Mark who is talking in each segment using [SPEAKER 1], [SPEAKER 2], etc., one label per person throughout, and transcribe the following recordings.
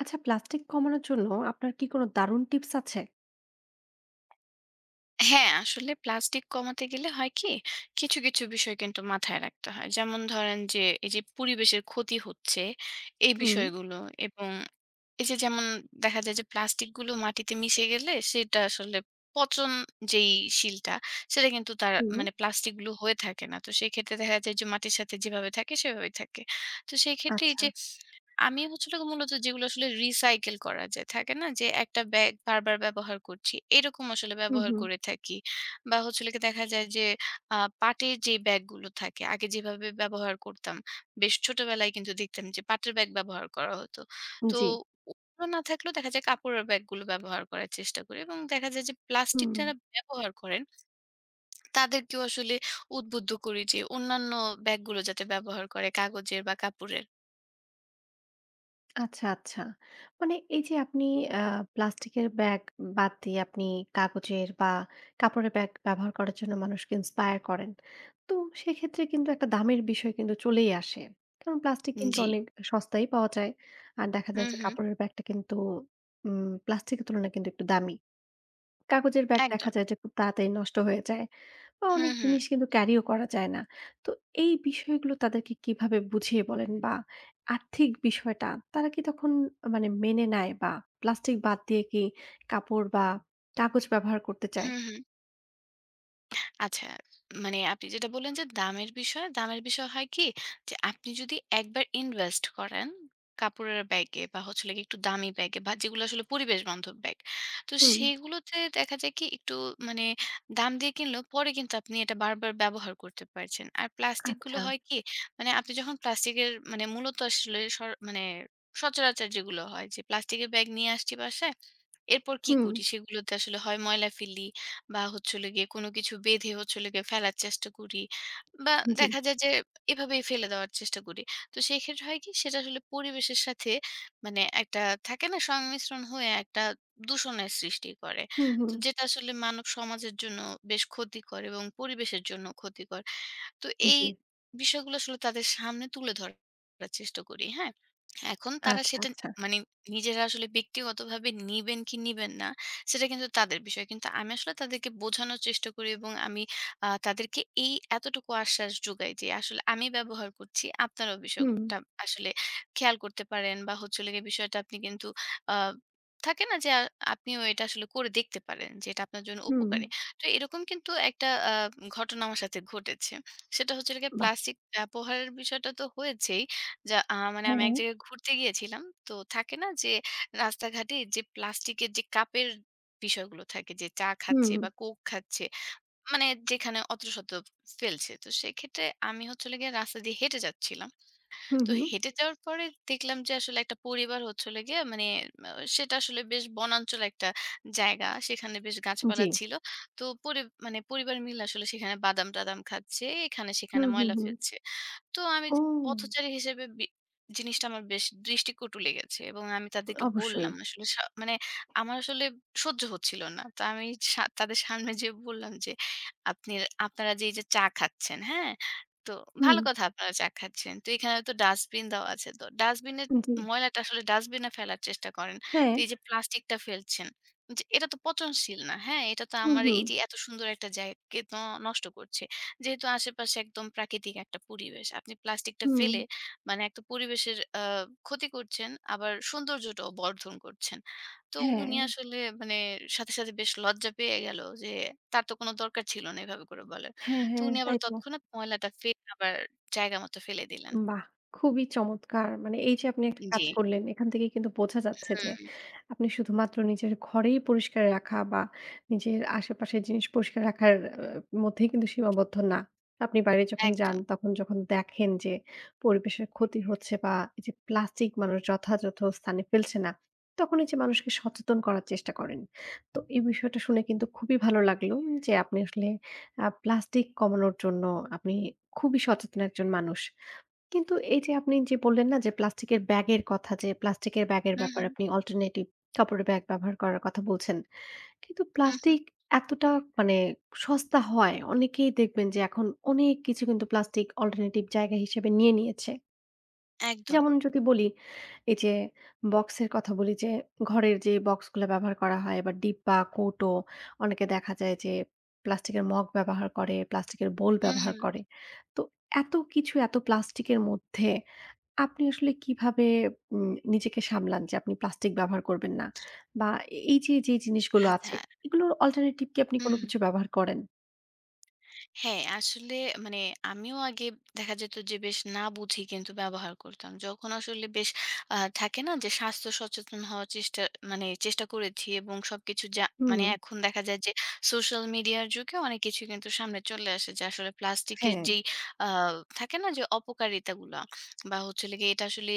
[SPEAKER 1] আচ্ছা, প্লাস্টিক কমানোর জন্য আপনার কি কোনো দারুণ টিপস আছে?
[SPEAKER 2] হ্যাঁ, আসলে প্লাস্টিক কমাতে গেলে হয় কি, কিছু, কিছু বিষয় কিন্তু মাথায় রাখতে হয়। যেমন ধরেন যে, এই যে পরিবেশের ক্ষতি হচ্ছে, এই
[SPEAKER 1] হুম,
[SPEAKER 2] বিষয়গুলো এবং এই যে যেমন দেখা যায় যে প্লাস্টিকগুলো মাটিতে মিশে গেলে সেটা আসলে পচন যেই শিলটা, সেটা কিন্তু তার
[SPEAKER 1] হুম,
[SPEAKER 2] মানে প্লাস্টিকগুলো হয়ে থাকে না। তো সেক্ষেত্রে দেখা যায় যে মাটির সাথে যেভাবে থাকে সেভাবেই থাকে। তো সেই ক্ষেত্রে এই
[SPEAKER 1] আচ্ছা।
[SPEAKER 2] যে আমি হচ্ছে হলো মূলত যেগুলো আসলে রিসাইকেল করা যায়, থাকে না? যে একটা ব্যাগ বারবার ব্যবহার করছি, এরকম আসলে
[SPEAKER 1] হুম,
[SPEAKER 2] ব্যবহার
[SPEAKER 1] হুম।
[SPEAKER 2] করে থাকি। বা হচ্ছে হলো গিয়ে দেখা যায় যে পাটের যে ব্যাগগুলো থাকে, আগে যেভাবে ব্যবহার করতাম, বেশ ছোটবেলায় কিন্তু দেখতাম যে পাটের ব্যাগ ব্যবহার করা হতো। তো
[SPEAKER 1] জি।
[SPEAKER 2] ওগুলো না থাকলেও দেখা যায় কাপড়ের ব্যাগগুলো ব্যবহার করার চেষ্টা করি এবং দেখা যায় যে প্লাস্টিক
[SPEAKER 1] হুম।
[SPEAKER 2] যারা ব্যবহার করেন, তাদেরকেও আসলে উদ্বুদ্ধ করি যে অন্যান্য ব্যাগগুলো যাতে ব্যবহার করে কাগজের বা কাপড়ের।
[SPEAKER 1] আচ্ছা, আচ্ছা। মানে এই যে আপনি আ প্লাস্টিকের ব্যাগ বাদ দিয়ে আপনি কাগজের বা কাপড়ের ব্যাগ ব্যবহার করার জন্য মানুষকে ইন্সপায়ার করেন। তো সেক্ষেত্রে কিন্তু একটা দামের বিষয় কিন্তু চলেই আসে। কারণ প্লাস্টিক কিন্তু
[SPEAKER 2] জি।
[SPEAKER 1] অনেক সস্তায় পাওয়া যায়। আর দেখা যায়
[SPEAKER 2] হুম,
[SPEAKER 1] যে
[SPEAKER 2] হুম।
[SPEAKER 1] কাপড়ের ব্যাগটা কিন্তু প্লাস্টিকের তুলনায় কিন্তু একটু দামি। কাগজের ব্যাগ
[SPEAKER 2] একদম।
[SPEAKER 1] দেখা যায় যে খুব তাড়াতাড়ি নষ্ট হয়ে যায়। বা
[SPEAKER 2] হুম,
[SPEAKER 1] অনেক
[SPEAKER 2] হুম।
[SPEAKER 1] জিনিস কিন্তু ক্যারিও করা যায় না। তো এই বিষয়গুলো তাদেরকে কিভাবে বুঝিয়ে বলেন? বা আর্থিক বিষয়টা তারা কি তখন মানে মেনে নেয়? বা প্লাস্টিক বাদ দিয়ে কি কাপড় বা কাগজ ব্যবহার করতে চায়?
[SPEAKER 2] হুম, হুম। আচ্ছা, মানে আপনি যেটা বললেন যে দামের বিষয়, দামের বিষয় হয় কি যে আপনি যদি একবার ইনভেস্ট করেন কাপড়ের ব্যাগে বা হচ্ছে হলো গিয়ে একটু দামি ব্যাগে বা যেগুলো আসলে পরিবেশ বান্ধব ব্যাগ। তো
[SPEAKER 1] হুম,
[SPEAKER 2] সেগুলোতে দেখা যায় কি একটু মানে দাম দিয়ে কিনলেও পরে কিন্তু আপনি এটা বারবার ব্যবহার করতে পারছেন। আর প্লাস্টিকগুলো
[SPEAKER 1] আচ্ছা।
[SPEAKER 2] হয় কি মানে আপনি যখন প্লাস্টিকের মানে মূলত আসলে মানে সচরাচর যেগুলো হয় যে প্লাস্টিকের ব্যাগ নিয়ে আসছি বাসায়। এরপর কি
[SPEAKER 1] হুম,
[SPEAKER 2] করি? সেগুলোতে আসলে হয় ময়লা ফেলি বা হচ্ছে হলো গিয়ে কোনো কিছু বেঁধে হচ্ছে হলো গিয়ে ফেলার চেষ্টা করি বা
[SPEAKER 1] জি।
[SPEAKER 2] দেখা যায় যে এভাবেই ফেলে দেওয়ার চেষ্টা করি। তো সেক্ষেত্রে হয় কি সেটা আসলে পরিবেশের সাথে মানে একটা থাকে না সংমিশ্রণ হয়ে একটা দূষণের সৃষ্টি করে।
[SPEAKER 1] হুম,
[SPEAKER 2] তো
[SPEAKER 1] হুম,
[SPEAKER 2] যেটা আসলে মানব সমাজের জন্য বেশ ক্ষতিকর এবং পরিবেশের জন্য ক্ষতিকর। তো এই
[SPEAKER 1] জি।
[SPEAKER 2] বিষয়গুলো আসলে তাদের সামনে তুলে ধরার চেষ্টা করি। হ্যাঁ? এখন তারা
[SPEAKER 1] আচ্ছা,
[SPEAKER 2] সেটা
[SPEAKER 1] আচ্ছা।
[SPEAKER 2] মানে নিজেরা আসলে ব্যক্তিগতভাবে নিবেন কি নিবেন না, সেটা কিন্তু তাদের বিষয়। কিন্তু আমি আসলে তাদেরকে বোঝানোর চেষ্টা করি এবং আমি তাদেরকে এই এতটুকু আশ্বাস যোগাই যে, আসলে আমি ব্যবহার করছি, আপনারাও
[SPEAKER 1] হুম,
[SPEAKER 2] বিষয়টা আসলে খেয়াল করতে পারেন বা হচ্ছে হলো গিয়ে বিষয়টা আপনি কিন্তু আ থাকে না যে, আপনিও এটা আসলে করে দেখতে পারেন যে, এটা আপনার জন্য
[SPEAKER 1] হুম।
[SPEAKER 2] উপকারী। তো এরকম কিন্তু একটা ঘটনা আমার সাথে ঘটেছে। সেটা হচ্ছে হলো গিয়ে
[SPEAKER 1] বাহ!
[SPEAKER 2] প্লাস্টিক ব্যবহারের বিষয়টা তো হয়েছেই। যা মানে আমি
[SPEAKER 1] হ্যাঁ।
[SPEAKER 2] এক জায়গায় ঘুরতে গিয়েছিলাম। তো থাকে না যে রাস্তাঘাটে যে প্লাস্টিকের যে কাপের বিষয়গুলো থাকে যে চা খাচ্ছে
[SPEAKER 1] হুম,
[SPEAKER 2] বা কোক খাচ্ছে, মানে যেখানে অতশত ফেলছে। তো সেক্ষেত্রে আমি হচ্ছে হলো গিয়ে রাস্তা দিয়ে হেঁটে যাচ্ছিলাম।
[SPEAKER 1] হুম,
[SPEAKER 2] তো
[SPEAKER 1] হুম।
[SPEAKER 2] হেঁটে যাওয়ার পরে দেখলাম যে আসলে একটা পরিবার হচ্ছে হলো গিয়ে মানে আ সেটা আসলে বেশ বনাঞ্চল একটা জায়গা। সেখানে বেশ
[SPEAKER 1] জি।
[SPEAKER 2] গাছপালা ছিল। তো মানে পরিবার মিলে আসলে সেখানে বাদাম-টাদাম খাচ্ছে, এখানে সেখানে
[SPEAKER 1] হুম, হুম,
[SPEAKER 2] ময়লা
[SPEAKER 1] হুম।
[SPEAKER 2] ফেলছে। তো আমি
[SPEAKER 1] ও!
[SPEAKER 2] যে পথচারী হিসেবে জিনিসটা আমার বেশ দৃষ্টিকটু লেগেছে এবং আমি তাদেরকে
[SPEAKER 1] অবশ্যই।
[SPEAKER 2] বললাম আসলে মানে আমার আসলে সহ্য হচ্ছিল না। তো আমি তাদের সামনে যেয়ে বললাম যে, "আপনি আপনারা যে এই যে চা খাচ্ছেন, হ্যাঁ? তো
[SPEAKER 1] হুম,
[SPEAKER 2] ভালো কথা আপনারা চা খাচ্ছেন। তো এখানে তো ডাস্টবিন দেওয়া আছে। তো ডাস্টবিনের
[SPEAKER 1] জি।
[SPEAKER 2] ময়লাটা আসলে ডাস্টবিনে ফেলার চেষ্টা করেন।
[SPEAKER 1] হ্যাঁ।
[SPEAKER 2] তো এই যে প্লাস্টিকটা ফেলছেন, যে এটা তো পচনশীল না, হ্যাঁ? এটা তো
[SPEAKER 1] হুম,
[SPEAKER 2] আমার
[SPEAKER 1] হুম,
[SPEAKER 2] এই যে এত সুন্দর একটা জায়গাকে নষ্ট করছে। যেহেতু আশেপাশে একদম প্রাকৃতিক একটা পরিবেশ। আপনি প্লাস্টিকটা
[SPEAKER 1] হুম।
[SPEAKER 2] ফেলে মানে একটা পরিবেশের ক্ষতি করছেন, আবার সৌন্দর্যটাও বর্ধন করছেন। তো
[SPEAKER 1] হ্যাঁ,
[SPEAKER 2] উনি আসলে মানে সাথে, সাথে বেশ লজ্জা পেয়ে গেল যে তার তো কোনো দরকার ছিল না এভাবে করে বলার।
[SPEAKER 1] হ্যাঁ,
[SPEAKER 2] তো
[SPEAKER 1] হ্যাঁ।
[SPEAKER 2] উনি আবার
[SPEAKER 1] তাই তো।
[SPEAKER 2] তৎক্ষণাৎ ময়লাটা ফেলে আবার জায়গা মতো ফেলে দিলেন।
[SPEAKER 1] বাহ! খুবই চমৎকার। মানে এই যে আপনি একটা
[SPEAKER 2] জি।
[SPEAKER 1] কাজ করলেন, এখান থেকে কিন্তু বোঝা যাচ্ছে যে
[SPEAKER 2] হুম,
[SPEAKER 1] আপনি শুধুমাত্র নিজের ঘরেই পরিষ্কার রাখা বা নিজের আশেপাশের জিনিস পরিষ্কার রাখার মধ্যেই কিন্তু সীমাবদ্ধ না। আপনি বাইরে যখন যান,
[SPEAKER 2] একদম।
[SPEAKER 1] তখন যখন দেখেন যে পরিবেশের ক্ষতি হচ্ছে বা এই যে প্লাস্টিক মানুষ যথাযথ স্থানে ফেলছে না, তখন এই যে মানুষকে সচেতন করার চেষ্টা করেন। তো এই বিষয়টা শুনে কিন্তু খুবই ভালো লাগলো যে আপনি আসলে প্লাস্টিক কমানোর জন্য আপনি খুবই সচেতন একজন মানুষ। কিন্তু এই যে আপনি যে বললেন না যে প্লাস্টিকের ব্যাগের কথা যে প্লাস্টিকের ব্যাগের
[SPEAKER 2] হুম,
[SPEAKER 1] ব্যাপারে
[SPEAKER 2] হুম,
[SPEAKER 1] আপনি অল্টারনেটিভ কাপড়ের ব্যাগ ব্যবহার করার কথা বলছেন। কিন্তু
[SPEAKER 2] হুম, হুম।
[SPEAKER 1] প্লাস্টিক এতটা মানে সস্তা হয় অনেকেই দেখবেন যে এখন অনেক কিছু কিন্তু প্লাস্টিক অল্টারনেটিভ জায়গা হিসেবে নিয়ে নিয়েছে।
[SPEAKER 2] একদম।
[SPEAKER 1] যেমন যদি বলি, এই যে বক্সের কথা বলি যে ঘরের যে বক্সগুলা ব্যবহার করা হয় বা ডিব্বা, কৌটো অনেকে দেখা যায় যে প্লাস্টিকের মগ ব্যবহার করে, প্লাস্টিকের বোল
[SPEAKER 2] হুম,
[SPEAKER 1] ব্যবহার
[SPEAKER 2] হুম।
[SPEAKER 1] করে। তো এত কিছু এত প্লাস্টিকের মধ্যে আপনি আসলে কিভাবে নিজেকে সামলান যে আপনি প্লাস্টিক ব্যবহার করবেন না? বা এই যে, যে জিনিসগুলো
[SPEAKER 2] আচ্ছা।
[SPEAKER 1] আছে এগুলোর অল্টারনেটিভ কি আপনি
[SPEAKER 2] হুম,
[SPEAKER 1] কোনো
[SPEAKER 2] হুম।
[SPEAKER 1] কিছু ব্যবহার করেন?
[SPEAKER 2] হ্যাঁ, আসলে মানে আমিও আগে দেখা যেত যে বেশ না বুঝেই কিন্তু ব্যবহার করতাম। যখন আসলে বেশ থাকে না যে স্বাস্থ্য সচেতন হওয়ার চেষ্টা মানে চেষ্টা করেছি এবং সবকিছু যা
[SPEAKER 1] হুম,
[SPEAKER 2] মানে এখন দেখা যায় যে সোশ্যাল মিডিয়ার যুগে অনেক কিছু কিন্তু সামনে চলে আসে যে আসলে প্লাস্টিকের
[SPEAKER 1] হ্যাঁ,
[SPEAKER 2] যেই আ থাকে না যে অপকারিতাগুলা বা হচ্ছে হলো গিয়ে এটা আসলে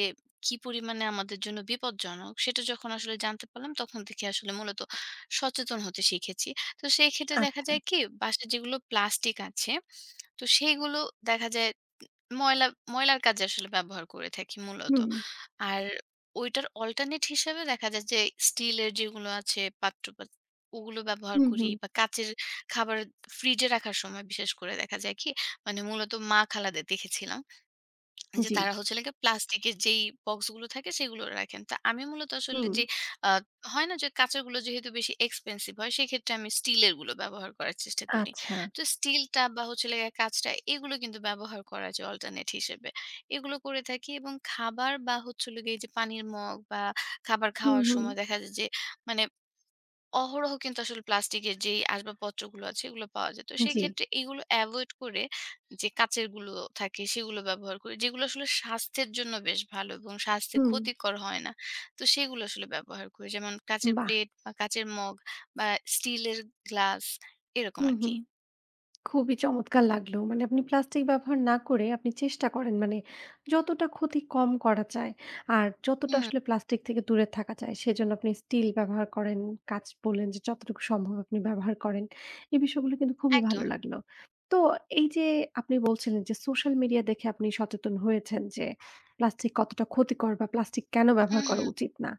[SPEAKER 2] কি পরিমাণে আমাদের জন্য বিপজ্জনক সেটা যখন আসলে জানতে পারলাম তখন থেকে আসলে মূলত সচেতন হতে শিখেছি। তো সেই ক্ষেত্রে দেখা
[SPEAKER 1] আচ্ছা।
[SPEAKER 2] যায় কি বাসায় যেগুলো প্লাস্টিক আছে, তো সেইগুলো দেখা যায় ময়লা ময়লার কাজে আসলে ব্যবহার করে থাকি মূলত।
[SPEAKER 1] হুম,
[SPEAKER 2] আর ওইটার অল্টারনেট হিসেবে দেখা যায় যে স্টিলের যেগুলো আছে পাত্র ওগুলো ব্যবহার
[SPEAKER 1] হুম,
[SPEAKER 2] করি
[SPEAKER 1] হুম।
[SPEAKER 2] বা কাঁচের খাবার ফ্রিজে রাখার সময় বিশেষ করে দেখা যায় কি মানে মূলত মা খালাদের দেখেছিলাম। যে
[SPEAKER 1] জি,
[SPEAKER 2] তারা হচ্ছে হলো গিয়ে প্লাস্টিকের যেই বক্সগুলো থাকে সেগুলো রাখেন। তা আমি মূলত আসলে
[SPEAKER 1] হুম,
[SPEAKER 2] যে আ হয় না যে কাঁচেরগুলো যেহেতু বেশি এক্সপেনসিভ হয় সেক্ষেত্রে আমি স্টিলের গুলো ব্যবহার করার চেষ্টা করি।
[SPEAKER 1] আচ্ছা।
[SPEAKER 2] তো স্টিলটা বা হচ্ছে হলো গিয়ে কাঁচটা এগুলো কিন্তু ব্যবহার করা যায় অল্টারনেট হিসেবে। এগুলো করে থাকি এবং খাবার বা হচ্ছে হলো গিয়ে এই যে পানির মগ বা খাবার
[SPEAKER 1] হুম,
[SPEAKER 2] খাওয়ার
[SPEAKER 1] হুম।
[SPEAKER 2] সময় দেখা যায় যে মানে অহরহ কিন্তু আসলে প্লাস্টিকের যেই আসবাবপত্রগুলো আছে এগুলো পাওয়া যায়। তো সেই
[SPEAKER 1] জি।
[SPEAKER 2] ক্ষেত্রে এগুলো এভয়েড করে যে কাঁচের গুলো থাকে সেগুলো ব্যবহার করি। যেগুলো আসলে স্বাস্থ্যের জন্য বেশ ভালো এবং স্বাস্থ্যে
[SPEAKER 1] হুম,
[SPEAKER 2] ক্ষতিকর হয় না। তো সেগুলো আসলে ব্যবহার করি। যেমন কাঁচের
[SPEAKER 1] বাহ!
[SPEAKER 2] প্লেট বা কাঁচের মগ বা স্টিলের গ্লাস এরকম
[SPEAKER 1] হুম,
[SPEAKER 2] আরকি।
[SPEAKER 1] হুম। খুবই চমৎকার লাগলো। মানে আপনি প্লাস্টিক ব্যবহার না করে আপনি চেষ্টা করেন মানে যতটা ক্ষতি কম করা যায় আর যতটা
[SPEAKER 2] হুম,
[SPEAKER 1] আসলে প্লাস্টিক থেকে দূরে থাকা যায় সেজন্য আপনি স্টিল ব্যবহার করেন। কাঁচ বললেন যে যতটুকু সম্ভব আপনি ব্যবহার করেন। এই বিষয়গুলো কিন্তু খুবই ভালো
[SPEAKER 2] একদম।
[SPEAKER 1] লাগলো। তো এই যে আপনি বলছিলেন যে সোশ্যাল মিডিয়া দেখে আপনি সচেতন হয়েছেন যে প্লাস্টিক কতটা ক্ষতিকর বা প্লাস্টিক কেন ব্যবহার
[SPEAKER 2] হুম,
[SPEAKER 1] করা
[SPEAKER 2] হুম।
[SPEAKER 1] উচিত না।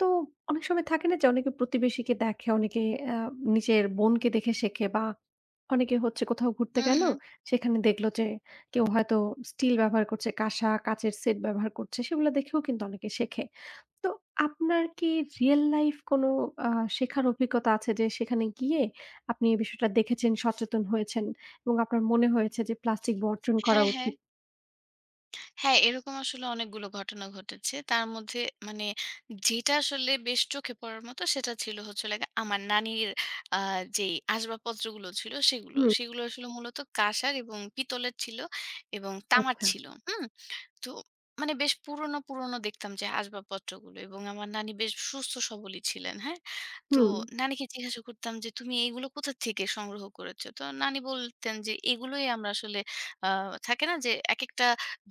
[SPEAKER 1] তো অনেক সময় থাকে না যে অনেকে প্রতিবেশীকে দেখে, অনেকে নিজের বোনকে দেখে শেখে বা অনেকে হচ্ছে কোথাও ঘুরতে
[SPEAKER 2] হুম,
[SPEAKER 1] গেল,
[SPEAKER 2] হুম।
[SPEAKER 1] সেখানে দেখলো যে কেউ হয়তো স্টিল ব্যবহার করছে, কাঁসা, কাঁচের সেট ব্যবহার করছে, সেগুলো দেখেও কিন্তু অনেকে শেখে। তো আপনার কি রিয়াল লাইফ কোনো আ শেখার অভিজ্ঞতা আছে যে সেখানে গিয়ে আপনি এই বিষয়টা দেখেছেন, সচেতন হয়েছেন এবং আপনার মনে হয়েছে যে প্লাস্টিক বর্জন করা
[SPEAKER 2] হ্যাঁ, হ্যাঁ।
[SPEAKER 1] উচিত?
[SPEAKER 2] হ্যাঁ, এরকম আসলে অনেকগুলো ঘটনা ঘটেছে। তার মধ্যে মানে যেটা আসলে বেশ চোখে পড়ার মতো সেটা ছিল হচ্ছে হলো গিয়ে আমার নানির আ যেই আসবাবপত্রগুলো ছিল সেগুলো।
[SPEAKER 1] হুম,
[SPEAKER 2] সেগুলো আসলে মূলত কাঁসার এবং পিতলের ছিল এবং তামার
[SPEAKER 1] আচ্ছা।
[SPEAKER 2] ছিল। হুম? তো মানে বেশ পুরনো, পুরনো দেখতাম যে আসবাবপত্রগুলো এবং আমার নানি বেশ সুস্থ সবলই ছিলেন, হ্যাঁ? তো
[SPEAKER 1] হুম,
[SPEAKER 2] নানিকে জিজ্ঞাসা করতাম যে, "তুমি এইগুলো কোথা থেকে সংগ্রহ করেছো?" তো নানি বলতেন যে, "এগুলোই আমরা আসলে" আ থাকে না যে একেকটা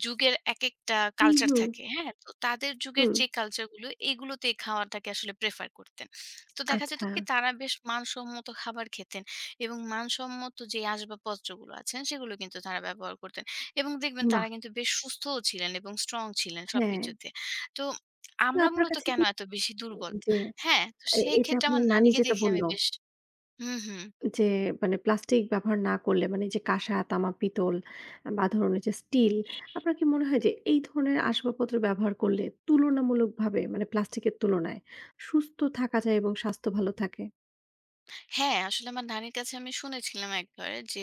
[SPEAKER 2] যুগের একেকটা
[SPEAKER 1] হুম,
[SPEAKER 2] কালচার
[SPEAKER 1] হুম,
[SPEAKER 2] থাকে, হ্যাঁ? তো তাদের যুগের
[SPEAKER 1] হুম।
[SPEAKER 2] যে কালচারগুলো, এগুলোতে খাওয়াটাকে আসলে প্রেফার করতেন। তো দেখা যেত
[SPEAKER 1] আচ্ছা,
[SPEAKER 2] কি তারা বেশ মানসম্মত খাবার খেতেন এবং মানসম্মত যে আসবাবপত্রগুলো আছেন, সেগুলো কিন্তু তারা ব্যবহার করতেন। এবং দেখবেন তারা
[SPEAKER 1] বাহ!
[SPEAKER 2] কিন্তু বেশ সুস্থও ছিলেন এবং স্ট্রং ছিলেন
[SPEAKER 1] হ্যাঁ।
[SPEAKER 2] সবকিছুতে। তো
[SPEAKER 1] তো
[SPEAKER 2] আমরা
[SPEAKER 1] আপনার
[SPEAKER 2] মূলত
[SPEAKER 1] কাছে
[SPEAKER 2] কেন
[SPEAKER 1] কি
[SPEAKER 2] এত বেশি দুর্বল?
[SPEAKER 1] যে
[SPEAKER 2] হ্যাঁ, তো
[SPEAKER 1] এ
[SPEAKER 2] সেই
[SPEAKER 1] এই যে
[SPEAKER 2] ক্ষেত্রে
[SPEAKER 1] আপনার
[SPEAKER 2] আমার
[SPEAKER 1] নানি
[SPEAKER 2] নানিকে
[SPEAKER 1] যেটা
[SPEAKER 2] দেখে
[SPEAKER 1] বলল
[SPEAKER 2] আমি বেশ হুম, হুম।
[SPEAKER 1] যে মানে প্লাস্টিক ব্যবহার না করলে মানে যে কাঁসা, তামা, পিতল বা ধরুন এই যে স্টিল আপনার কি মনে হয় যে এই ধরনের আসবাবপত্র ব্যবহার করলে তুলনামূলকভাবে মানে প্লাস্টিকের তুলনায় সুস্থ থাকা যায় এবং স্বাস্থ্য ভালো থাকে?
[SPEAKER 2] হ্যাঁ, আসলে আমার নানির কাছে আমি শুনেছিলাম একবার যে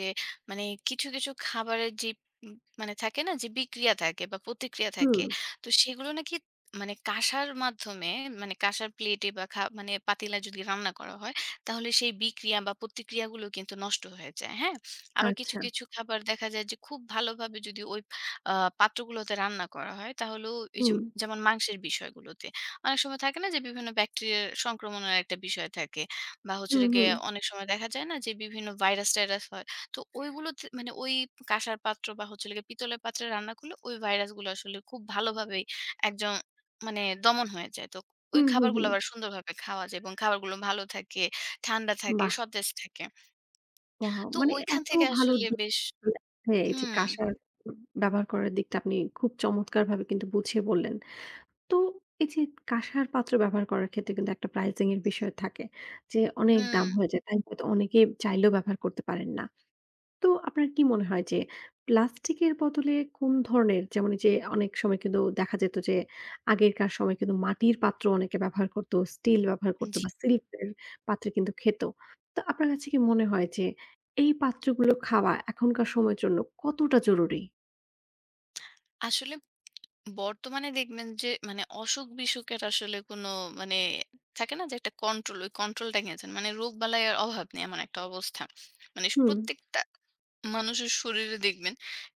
[SPEAKER 2] মানে কিছু, কিছু খাবারের যে উম মানে থাকে না যে বিক্রিয়া থাকে বা প্রতিক্রিয়া থাকে,
[SPEAKER 1] হুম,
[SPEAKER 2] তো সেগুলো নাকি মানে কাঁসার মাধ্যমে মানে কাঁসার প্লেটে বা মানে পাতিলায় যদি রান্না করা হয়, তাহলে সেই বিক্রিয়া বা প্রতিক্রিয়াগুলো কিন্তু নষ্ট হয়ে যায়, হ্যাঁ? আবার কিছু,
[SPEAKER 1] আচ্ছা।
[SPEAKER 2] কিছু খাবার দেখা যায় যে খুব ভালোভাবে যদি ওই আ পাত্রগুলোতে রান্না করা হয়, তাহলেও এই যে
[SPEAKER 1] হুম,
[SPEAKER 2] যেমন মাংসের বিষয়গুলোতে। অনেক সময় থাকে না যে বিভিন্ন ব্যাকটেরিয়ার সংক্রমণের একটা বিষয় থাকে। বা হচ্ছে
[SPEAKER 1] হুম,
[SPEAKER 2] হলো গিয়ে
[SPEAKER 1] হুম,
[SPEAKER 2] অনেক সময় দেখা যায় না যে বিভিন্ন ভাইরাস-টাইরাস হয়। তো ওইগুলোতে মানে ওই কাঁসার পাত্র বা হচ্ছে হলো গিয়ে পিতলের পাত্রে রান্না করলে ওই ভাইরাসগুলো আসলে খুব ভালোভাবেই একজন মানে দমন হয়ে যায়। তো ওই
[SPEAKER 1] হুম, হুম,
[SPEAKER 2] খাবারগুলো
[SPEAKER 1] হুম।
[SPEAKER 2] আবার সুন্দরভাবে খাওয়া যায় এবং খাবারগুলো ভালো থাকে, ঠান্ডা থাকে,
[SPEAKER 1] বাহ!
[SPEAKER 2] সতেজ থাকে।
[SPEAKER 1] ওয়াও!
[SPEAKER 2] তো
[SPEAKER 1] মানে
[SPEAKER 2] ওইখান
[SPEAKER 1] এত
[SPEAKER 2] থেকে
[SPEAKER 1] ভালো
[SPEAKER 2] আসলে
[SPEAKER 1] দিক
[SPEAKER 2] বেশ
[SPEAKER 1] হ্যাঁ, এই যে
[SPEAKER 2] হুম,
[SPEAKER 1] কাঁসার ব্যবহার করার দিকটা আপনি খুব চমৎকারভাবে কিন্তু বুঝিয়ে বললেন। তো এই যে কাঁসার পাত্র ব্যবহার করার ক্ষেত্রে কিন্তু একটা প্রাইসিং এর বিষয় থাকে। যে অনেক দাম
[SPEAKER 2] হুম,
[SPEAKER 1] হয়ে যায়। তাই হয়তো অনেকে চাইলেও ব্যবহার করতে পারেন না। তো আপনার কি মনে হয় যে প্লাস্টিকের বদলে কোন ধরনের যেমন এই যে অনেক সময় কিন্তু দেখা যেত যে আগেরকার সময় কিন্তু মাটির পাত্র অনেকে ব্যবহার করত, স্টিল ব্যবহার করত
[SPEAKER 2] জি।
[SPEAKER 1] বা সিল্কের পাত্রে কিন্তু খেত। তো আপনার কাছে কি মনে হয় যে এই পাত্রগুলো খাওয়া এখনকার সময়ের জন্য কতটা জরুরি?
[SPEAKER 2] আসলে বর্তমানে দেখবেন যে মানে অসুখ-বিসুখের আসলে কোনো মানে থাকে না যে একটা কন্ট্রোল, ওই কন্ট্রোলটা গেছে। মানে রোগবালাইয়ের অভাব নেই এমন একটা অবস্থা। মানে
[SPEAKER 1] হুম,
[SPEAKER 2] প্রত্যেকটা মানুষের শরীরে দেখবেন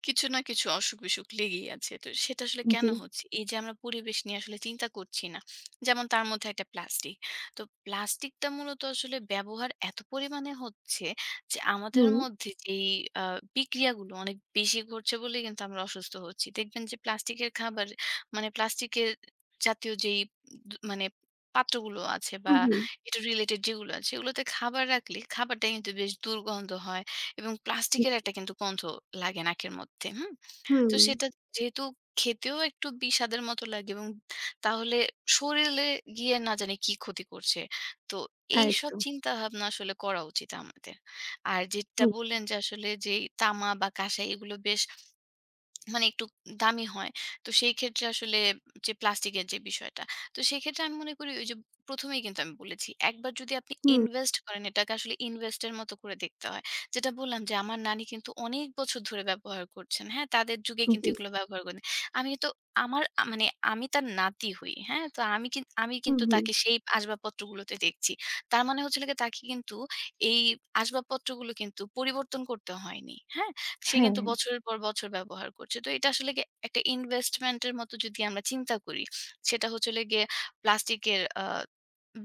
[SPEAKER 2] কিছু না কিছু অসুখ-বিসুখ লেগেই আছে। তো সেটা আসলে কেন
[SPEAKER 1] জি।
[SPEAKER 2] হচ্ছে? এই যে আমরা পরিবেশ নিয়ে আসলে চিন্তা করছি না। যেমন তার মধ্যে একটা প্লাস্টিক। তো প্লাস্টিকটা মূলত আসলে ব্যবহার এত পরিমাণে হচ্ছে যে আমাদের
[SPEAKER 1] হুম,
[SPEAKER 2] মধ্যে যেই আ বিক্রিয়াগুলো অনেক বেশি ঘটছে বলেই কিন্তু আমরা অসুস্থ হচ্ছি। দেখবেন যে প্লাস্টিকের খাবার মানে প্লাস্টিকের জাতীয় যেই মানে পাত্রগুলো আছে বা
[SPEAKER 1] হুম, হুম,
[SPEAKER 2] এটা রিলেটেড যেগুলো আছে, এগুলোতে খাবার রাখলে খাবারটা কিন্তু বেশ দুর্গন্ধ হয় এবং প্লাস্টিকের একটা কিন্তু গন্ধ লাগে নাকের মধ্যে। হুম?
[SPEAKER 1] হুম,
[SPEAKER 2] তো সেটা যেহেতু খেতেও একটু বিস্বাদের মতো লাগে এবং তাহলে শরীরে গিয়ে না জানি কি ক্ষতি করছে। তো
[SPEAKER 1] তাই
[SPEAKER 2] এইসব
[SPEAKER 1] তো।
[SPEAKER 2] চিন্তা ভাবনা আসলে করা উচিত আমাদের। আর যেটা
[SPEAKER 1] হুম,
[SPEAKER 2] বললেন যে আসলে যেই তামা বা কাঁসাই এগুলো বেশ মানে একটু দামি হয়। তো সেই ক্ষেত্রে আসলে যে প্লাস্টিকের যে বিষয়টা। তো সেক্ষেত্রে আমি মনে করি ওই যে ১ম এই কিন্তু আমি বলেছি। একবার যদি আপনি ইনভেস্ট করেন এটাকে আসলে ইনভেস্ট এর মতো করে দেখতে হয়। যেটা বললাম যে আমার নানি কিন্তু অনেক বছর ধরে ব্যবহার করছেন। হ্যাঁ? তাদের যুগে
[SPEAKER 1] হুম,
[SPEAKER 2] কিন্তু
[SPEAKER 1] জি।
[SPEAKER 2] এগুলো ব্যবহার করেন। আমি তো আমার মানে আমি তার নাতি হই। হ্যাঁ? তো আমি আমি
[SPEAKER 1] হুম,
[SPEAKER 2] কিন্তু
[SPEAKER 1] হুম।
[SPEAKER 2] তাকে সেই আসবাবপত্রগুলোতে দেখছি। তার মানে হচ্ছে হলো গিয়ে তাকে কিন্তু এই আসবাবপত্রগুলো কিন্তু পরিবর্তন করতে হয়নি। হ্যাঁ? সে
[SPEAKER 1] হ্যাঁ।
[SPEAKER 2] কিন্তু
[SPEAKER 1] হ্যাঁ,
[SPEAKER 2] বছরের পর বছর ব্যবহার করছে। তো এটা আসলে গিয়ে একটা ইনভেস্টমেন্ট এর মতো যদি আমরা চিন্তা করি, সেটা হচ্ছে হলো গিয়ে প্লাস্টিকের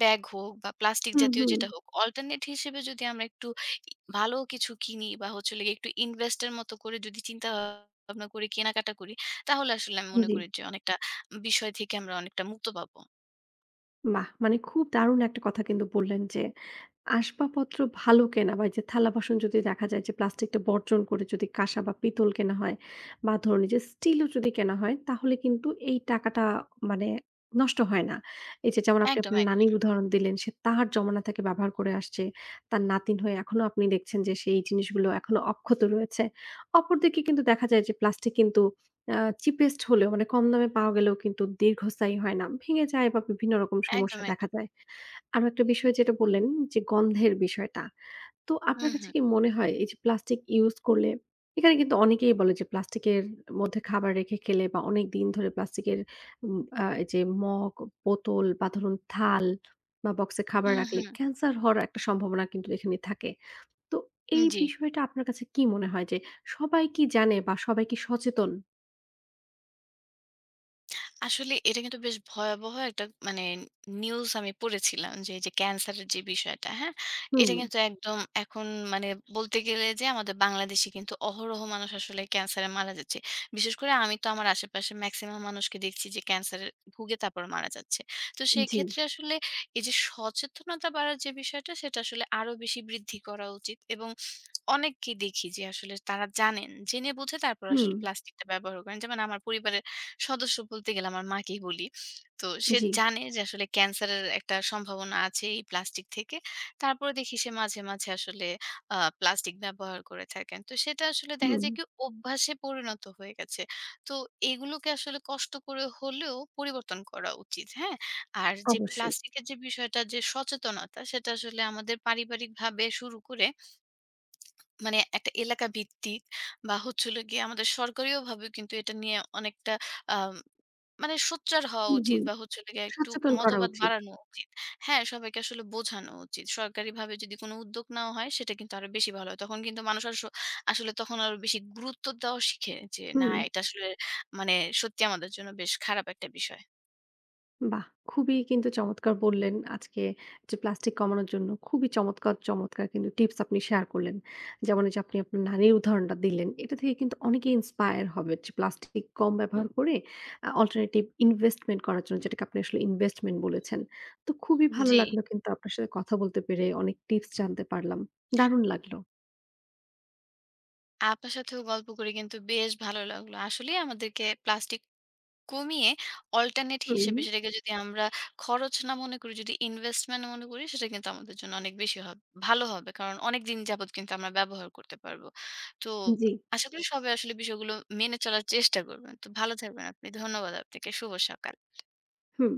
[SPEAKER 2] ব্যাগ হোক বা প্লাস্টিক
[SPEAKER 1] হুম,
[SPEAKER 2] জাতীয়
[SPEAKER 1] হুম।
[SPEAKER 2] যেটা হোক, অল্টারনেট হিসেবে যদি আমরা একটু ভালো কিছু কিনি বা হচ্ছে হলো গিয়ে একটু ইনভেস্ট এর মতো করে যদি চিন্তা ভাবনা করে কেনাকাটা করি, তাহলে আসলে আমি মনে
[SPEAKER 1] জি।
[SPEAKER 2] করি যে অনেকটা বিষয় থেকে আমরা অনেকটা মুক্ত পাবো।
[SPEAKER 1] বাহ! মানে খুব দারুণ একটা কথা কিন্তু বললেন যে, আসবাবপত্র ভালো কেনা বা এই যে থালা-বাসন যদি দেখা যায় যে প্লাস্টিকটা বর্জন করে যদি কাঁসা বা পিতল কেনা হয় বা ধরুন এই যে স্টিলও যদি কেনা হয় তাহলে কিন্তু এই টাকাটা মানে নষ্ট হয় না। এই যে যেমন আপনি
[SPEAKER 2] একদম,
[SPEAKER 1] আপনার
[SPEAKER 2] একদম,
[SPEAKER 1] নানির উদাহরণ দিলেন সে তার জমানা থেকে ব্যবহার করে আসছে। তার নাতিন হয়ে এখনো আপনি দেখছেন যে সেই জিনিসগুলো এখনো অক্ষত রয়েছে। অপরদিকে কিন্তু দেখা যায় যে প্লাস্টিক কিন্তু আ চিপেস্ট হলেও মানে কম দামে পাওয়া গেলেও কিন্তু দীর্ঘস্থায়ী হয় না। ভেঙে যায় বা বিভিন্ন রকম
[SPEAKER 2] একদম,
[SPEAKER 1] সমস্যা দেখা
[SPEAKER 2] একদম।
[SPEAKER 1] যায়। আরো একটা বিষয় যেটা বললেন যে গন্ধের বিষয়টা। তো
[SPEAKER 2] হুম,
[SPEAKER 1] আপনার কাছে
[SPEAKER 2] হুম।
[SPEAKER 1] কি মনে হয় এই যে প্লাস্টিক ইউজ করলে এখানে কিন্তু অনেকেই বলে যে প্লাস্টিকের মধ্যে খাবার রেখে খেলে বা অনেক দিন ধরে প্লাস্টিকের উম আ এই যে মগ, বোতল বা ধরুন থাল বা বক্সে খাবার
[SPEAKER 2] হুম,
[SPEAKER 1] রাখলে
[SPEAKER 2] হুম।
[SPEAKER 1] ক্যান্সার হওয়ার একটা সম্ভাবনা কিন্তু এখানে থাকে। তো এই
[SPEAKER 2] জি।
[SPEAKER 1] বিষয়টা আপনার কাছে কি মনে হয় যে সবাই কি জানে বা সবাই কি সচেতন?
[SPEAKER 2] আসলে এটা কিন্তু বেশ ভয়াবহ একটা মানে নিউজ আমি পড়েছিলাম যে এই যে ক্যান্সারের যে বিষয়টা হ্যাঁ
[SPEAKER 1] হুম,
[SPEAKER 2] এটা কিন্তু একদম এখন মানে বলতে গেলে যে আমাদের বাংলাদেশে কিন্তু অহরহ মানুষ আসলে ক্যান্সারে মারা যাচ্ছে। বিশেষ করে আমি তো আমার আশেপাশে ম্যাক্সিমাম মানুষকে দেখছি যে ক্যান্সারে ভুগে তারপর মারা যাচ্ছে। তো সেই
[SPEAKER 1] জি,
[SPEAKER 2] ক্ষেত্রে আসলে এই যে সচেতনতা বাড়ার যে বিষয়টা সেটা আসলে আরো বেশি বৃদ্ধি করা উচিত এবং অনেককে দেখি যে আসলে তারা জানেন। জেনে বুঝে তারপর
[SPEAKER 1] হুম,
[SPEAKER 2] আসলে প্লাস্টিকটা ব্যবহার করেন। যেমন আমার পরিবারের সদস্য বলতে গেলে আমার মাকেই বলি। তো সে
[SPEAKER 1] জি,
[SPEAKER 2] জানে যে আসলে ক্যান্সারের একটা সম্ভাবনা আছে এই প্লাস্টিক থেকে। তারপরে দেখি সে মাঝে, মাঝে আসলে প্লাস্টিক ব্যবহার করে থাকেন। তো সেটা আসলে দেখা
[SPEAKER 1] হুম,
[SPEAKER 2] যায় কি অভ্যাসে পরিণত হয়ে গেছে। তো এগুলোকে আসলে কষ্ট করে হলেও পরিবর্তন করা উচিত। হ্যাঁ? আর যে
[SPEAKER 1] অবশ্যই।
[SPEAKER 2] প্লাস্টিকের যে বিষয়টা যে সচেতনতা সেটা আসলে আমাদের পারিবারিকভাবে শুরু করে মানে একটা এলাকা ভিত্তিক বা হচ্ছে হলো গিয়ে আমাদের সরকারিওভাবে কিন্তু এটা নিয়ে অনেকটা আম মানে সোচ্চার হওয়া
[SPEAKER 1] হুম,
[SPEAKER 2] উচিত
[SPEAKER 1] হুম।
[SPEAKER 2] বা হচ্ছে হলো গিয়ে একটু
[SPEAKER 1] সচেতন করা
[SPEAKER 2] মতবাদ
[SPEAKER 1] উচিত।
[SPEAKER 2] বাড়ানো উচিত। হ্যাঁ, সবাইকে আসলে বোঝানো উচিত। সরকারিভাবে যদি কোনো উদ্যোগ নেওয়া হয় সেটা কিন্তু আরো বেশি ভালো হয়। তখন কিন্তু মানুষ আসলে তখন আরো বেশি গুরুত্ব দেওয়া শিখে যে না
[SPEAKER 1] হুম।
[SPEAKER 2] এটা আসলে মানে সত্যি আমাদের জন্য বেশ খারাপ একটা বিষয়।
[SPEAKER 1] বাহ! খুবই কিন্তু চমৎকার বললেন আজকে যে প্লাস্টিক কমানোর জন্য খুবই চমৎকার, চমৎকার কিন্তু টিপস আপনি শেয়ার করলেন। যেমন এই যে আপনি আপনার নানির উদাহরণটা দিলেন। এটা থেকে কিন্তু অনেকেই ইন্সপায়ার হবে যে প্লাস্টিক কম ব্যবহার করে অল্টারনেটিভ ইনভেস্টমেন্ট করার জন্য যেটাকে আপনি আসলে ইনভেস্টমেন্ট বলেছেন। তো খুবই ভালো
[SPEAKER 2] জি।
[SPEAKER 1] লাগলো কিন্তু আপনার সাথে কথা বলতে পেরে অনেক টিপস জানতে পারলাম। দারুণ লাগলো।
[SPEAKER 2] আপনার সাথেও গল্প করে কিন্তু বেশ ভালো লাগলো। আসলেই আমাদেরকে প্লাস্টিক কমিয়ে অল্টারনেট
[SPEAKER 1] হুম,
[SPEAKER 2] হিসেবে সেটাকে যদি আমরা খরচ না মনে করি, যদি ইনভেস্টমেন্ট মনে করি সেটা কিন্তু আমাদের জন্য অনেক বেশি ভালো হবে। কারণ অনেকদিন যাবৎ কিন্তু আমরা ব্যবহার করতে পারব। তো
[SPEAKER 1] জি,
[SPEAKER 2] আশা করি সবাই আসলে বিষয়গুলো মেনে চলার চেষ্টা করবেন। তো ভালো থাকবেন আপনি। ধন্যবাদ আপনাকে। শুভ সকাল।
[SPEAKER 1] হুম।